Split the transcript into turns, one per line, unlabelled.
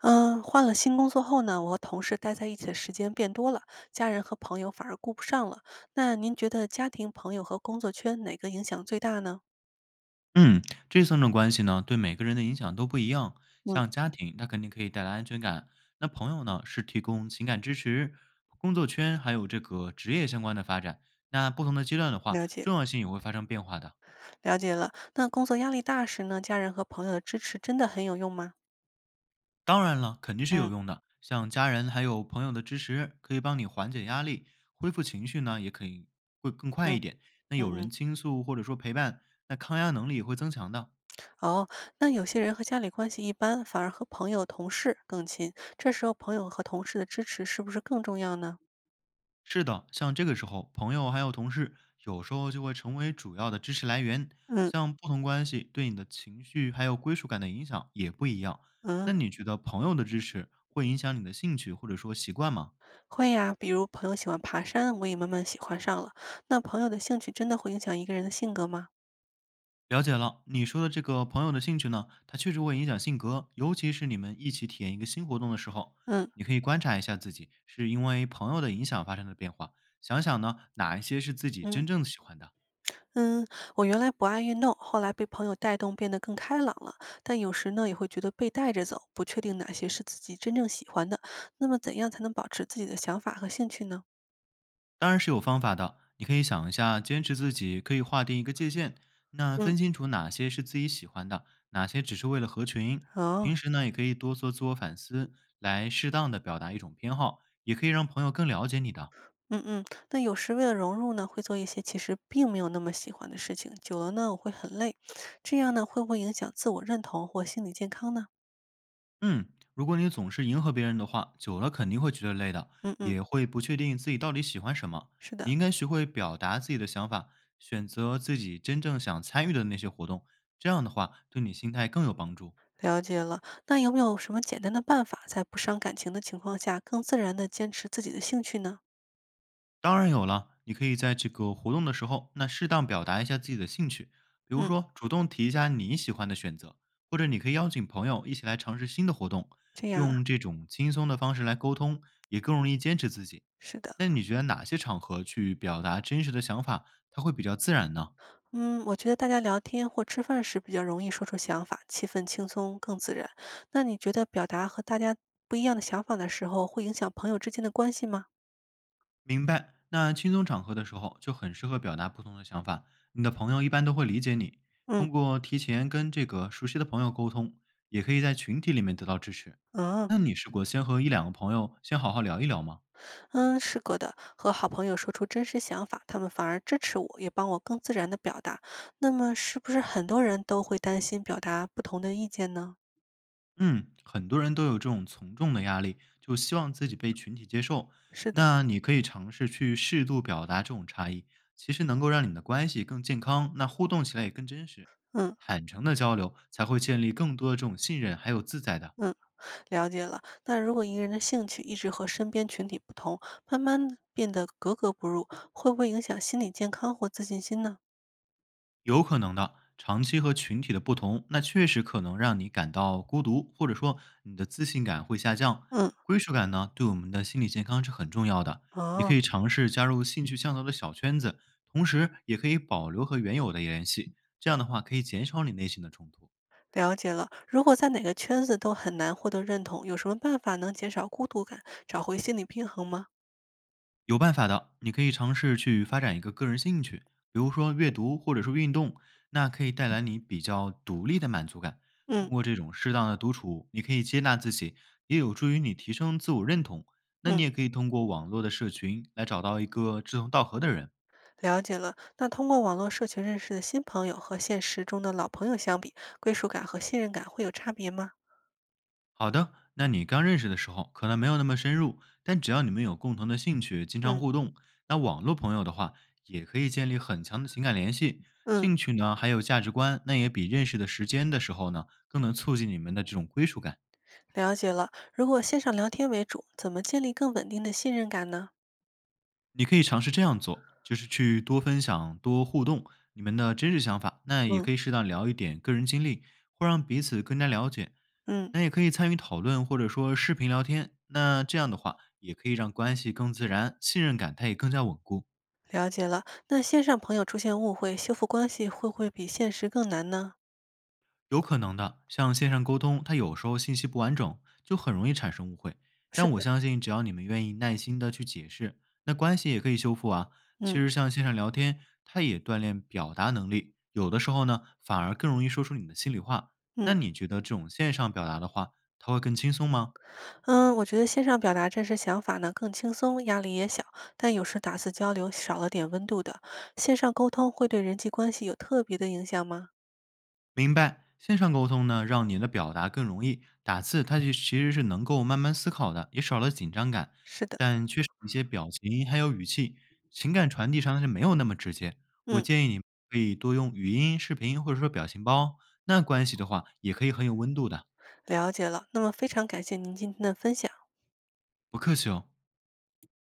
嗯，换了新工作后呢，我和同事待在一起的时间变多了，家人和朋友反而顾不上了。那您觉得家庭、朋友和工作圈哪个影响最大呢？
嗯，这三种关系呢，对每个人的影响都不一样。
嗯，
像家庭，它肯定可以带来安全感；那朋友呢，是提供情感支持；工作圈还有这个职业相关的发展。那不同的阶段的话，
了解，
重要性也会发生变化的。
了解了。那工作压力大时呢，家人和朋友的支持真的很有用吗？
当然了，肯定是有
嗯
用的。像家人还有朋友的支持，可以帮你缓解压力，恢复情绪呢，也可以会更快一
嗯
点。那有
嗯
人
嗯。
倾诉或者说陪伴，那抗压能力也会增强的。
哦，那有些人和家里关系一般，反而和朋友、同事更亲，这时候朋友和同事的支持是不是更重要呢？
是的，像这个时候，朋友还有同事有时候就会成为主要的支持来源。
嗯
像不同关系对你的情绪还有归属感的影响也不一样。
嗯。
那你觉得朋友的支持会影响你的兴趣或者说习惯吗？
会呀，比如朋友喜欢爬山，我也慢慢喜欢上了。那朋友的兴趣真的会影响一个人的性格吗？
了解了，你说的这个朋友的兴趣呢，它确实会影响性格，尤其是你们一起体验一个新活动的时候，
嗯
你可以观察一下自己是因为朋友的影响发生的变化，想想呢哪一些是自己
嗯
真正喜欢的。
嗯，我原来不爱运动，后来被朋友带动变得更开朗了。但有时呢，也会觉得被带着走，不确定哪些是自己真正喜欢的。那么，怎样才能保持自己的想法和兴趣呢？
当然是有方法的，你可以想一下，坚持自己可以划定一个界限，那
嗯
分清楚哪些是自己喜欢的，哪些只是为了合群。平
哦。
时呢，也可以多做自我反思，来适当的表达一种偏好，也可以让朋友更了解你的。
嗯嗯，那有时为了融入呢，会做一些其实并没有那么喜欢的事情，久了呢，我会很累，这样呢，会不会影响自我认同或心理健康呢？
嗯，如果你总是迎合别人的话，久了肯定会觉得累的，
嗯嗯，
也会不确定自己到底喜欢什么。
是的，
你应该学会表达自己的想法，选择自己真正想参与的那些活动，这样的话对你心态更有帮助。
了解了，那有没有什么简单的办法，在不伤感情的情况下，更自然地坚持自己的兴趣呢？
当然有了，你可以在这个活动的时候，那适当表达一下自己的兴趣，比如
嗯，
说主动提一下你喜欢的选择，或者你可以邀请朋友一起来尝试新的活动，
这样啊，
用这种轻松的方式来沟通，也更容易坚持自己。
是的，
那你觉得哪些场合去表达真实的想法，它会比较自然呢？
嗯，我觉得大家聊天或吃饭时比较容易说出想法，气氛轻松，更自然。那你觉得表达和大家不一样的想法的时候，会影响朋友之间的关系吗？
明白。那轻松场合的时候，就很适合表达不同的想法，你的朋友一般都会理解你。
嗯。
通过提前跟这个熟悉的朋友沟通，也可以在群体里面得到支持。
嗯
那你试过先和一两个朋友先好好聊一聊吗？
嗯，是个的。和好朋友说出真实想法，他们反而支持我，也帮我更自然地表达。那么，是不是很多人都会担心表达不同的意见呢？
嗯，很多人都有这种从众的压力，就希望自己被群体接受。
是的，
那你可以尝试去适度表达这种差异，其实能够让你的关系更健康，那互动起来也更真实。
嗯。
坦诚的交流才会建立更多的这种信任，还有自在的。
嗯，了解了。那如果一个人的兴趣一直和身边群体不同，慢慢地变得格格不入，会不会影响心理健康或自信心呢？
有可能的，长期和群体的不同，那确实可能让你感到孤独，或者说你的自信感会下降。
嗯，
归属感呢，对我们的心理健康是很重要的。你可
哦，
以尝试加入兴趣相投的小圈子，同时也可以保留和原有的联系，这样的话可以减少你内心的冲突。
了解了。如果在哪个圈子都很难获得认同，有什么办法能减少孤独感，找回心理平衡吗？
有办法的，你可以尝试去发展一个个人兴趣，比如说阅读或者是运动，那可以带来你比较独立的满足感。通
嗯
过这种适当的独处，你可以接纳自己，也有助于你提升自我认同。那你
嗯，
也可以通过网络的社群来找到一个志同道合的人。
了解了。那通过网络社群认识的新朋友和现实中的老朋友相比，归属感和信任感会有差别吗？
好的，那你刚认识的时候可能没有那么深入，但只要你们有共同的兴趣，经常
嗯
互动，那网络朋友的话也可以建立很强的情感联系。
嗯，
兴趣呢，还有价值观，那也比认识的时间的时候呢，更能促进你们的这种归属感。
了解了。如果线上聊天为主，怎么建立更稳定的信任感呢？
你可以尝试这样做，就是去多分享、多互动你们的真实想法，那也
嗯
可以适当聊一点个人经历，会让彼此更加了解，
嗯，
那也可以参与讨论，或者说视频聊天。那这样的话，也可以让关系更自然，信任感它也更加稳固。
了解了。那线上朋友出现误会，修复关系会不会比现实更难呢？
有可能的，像线上沟通，它有时候信息不完整，就很容易产生误会。
是
但我
的，
相信，只要你们愿意耐心的去解释，那关系也可以修复啊。其
嗯
实像线上聊天，它也锻炼表达能力，有的时候呢，反而更容易说出你的心里话。
嗯
那你觉得这种线上表达的话，它会更轻松吗？
嗯，我觉得线上表达真实想法呢更轻松，压力也小，但有时打字交流少了点温度的。线上沟通会对人际关系有特别的影响吗？
明白，线上沟通呢，让你的表达更容易，打字它就其实是能够慢慢思考的，也少了紧张感，
是的，
但缺少一些表情还有语气，情感传递上是没有那么直接。我
嗯，
建议你可以多用语音、视频或者说表情包，那关系的话也可以很有温度的。
了解了。那么非常感谢您今天的分享。
不客气哦。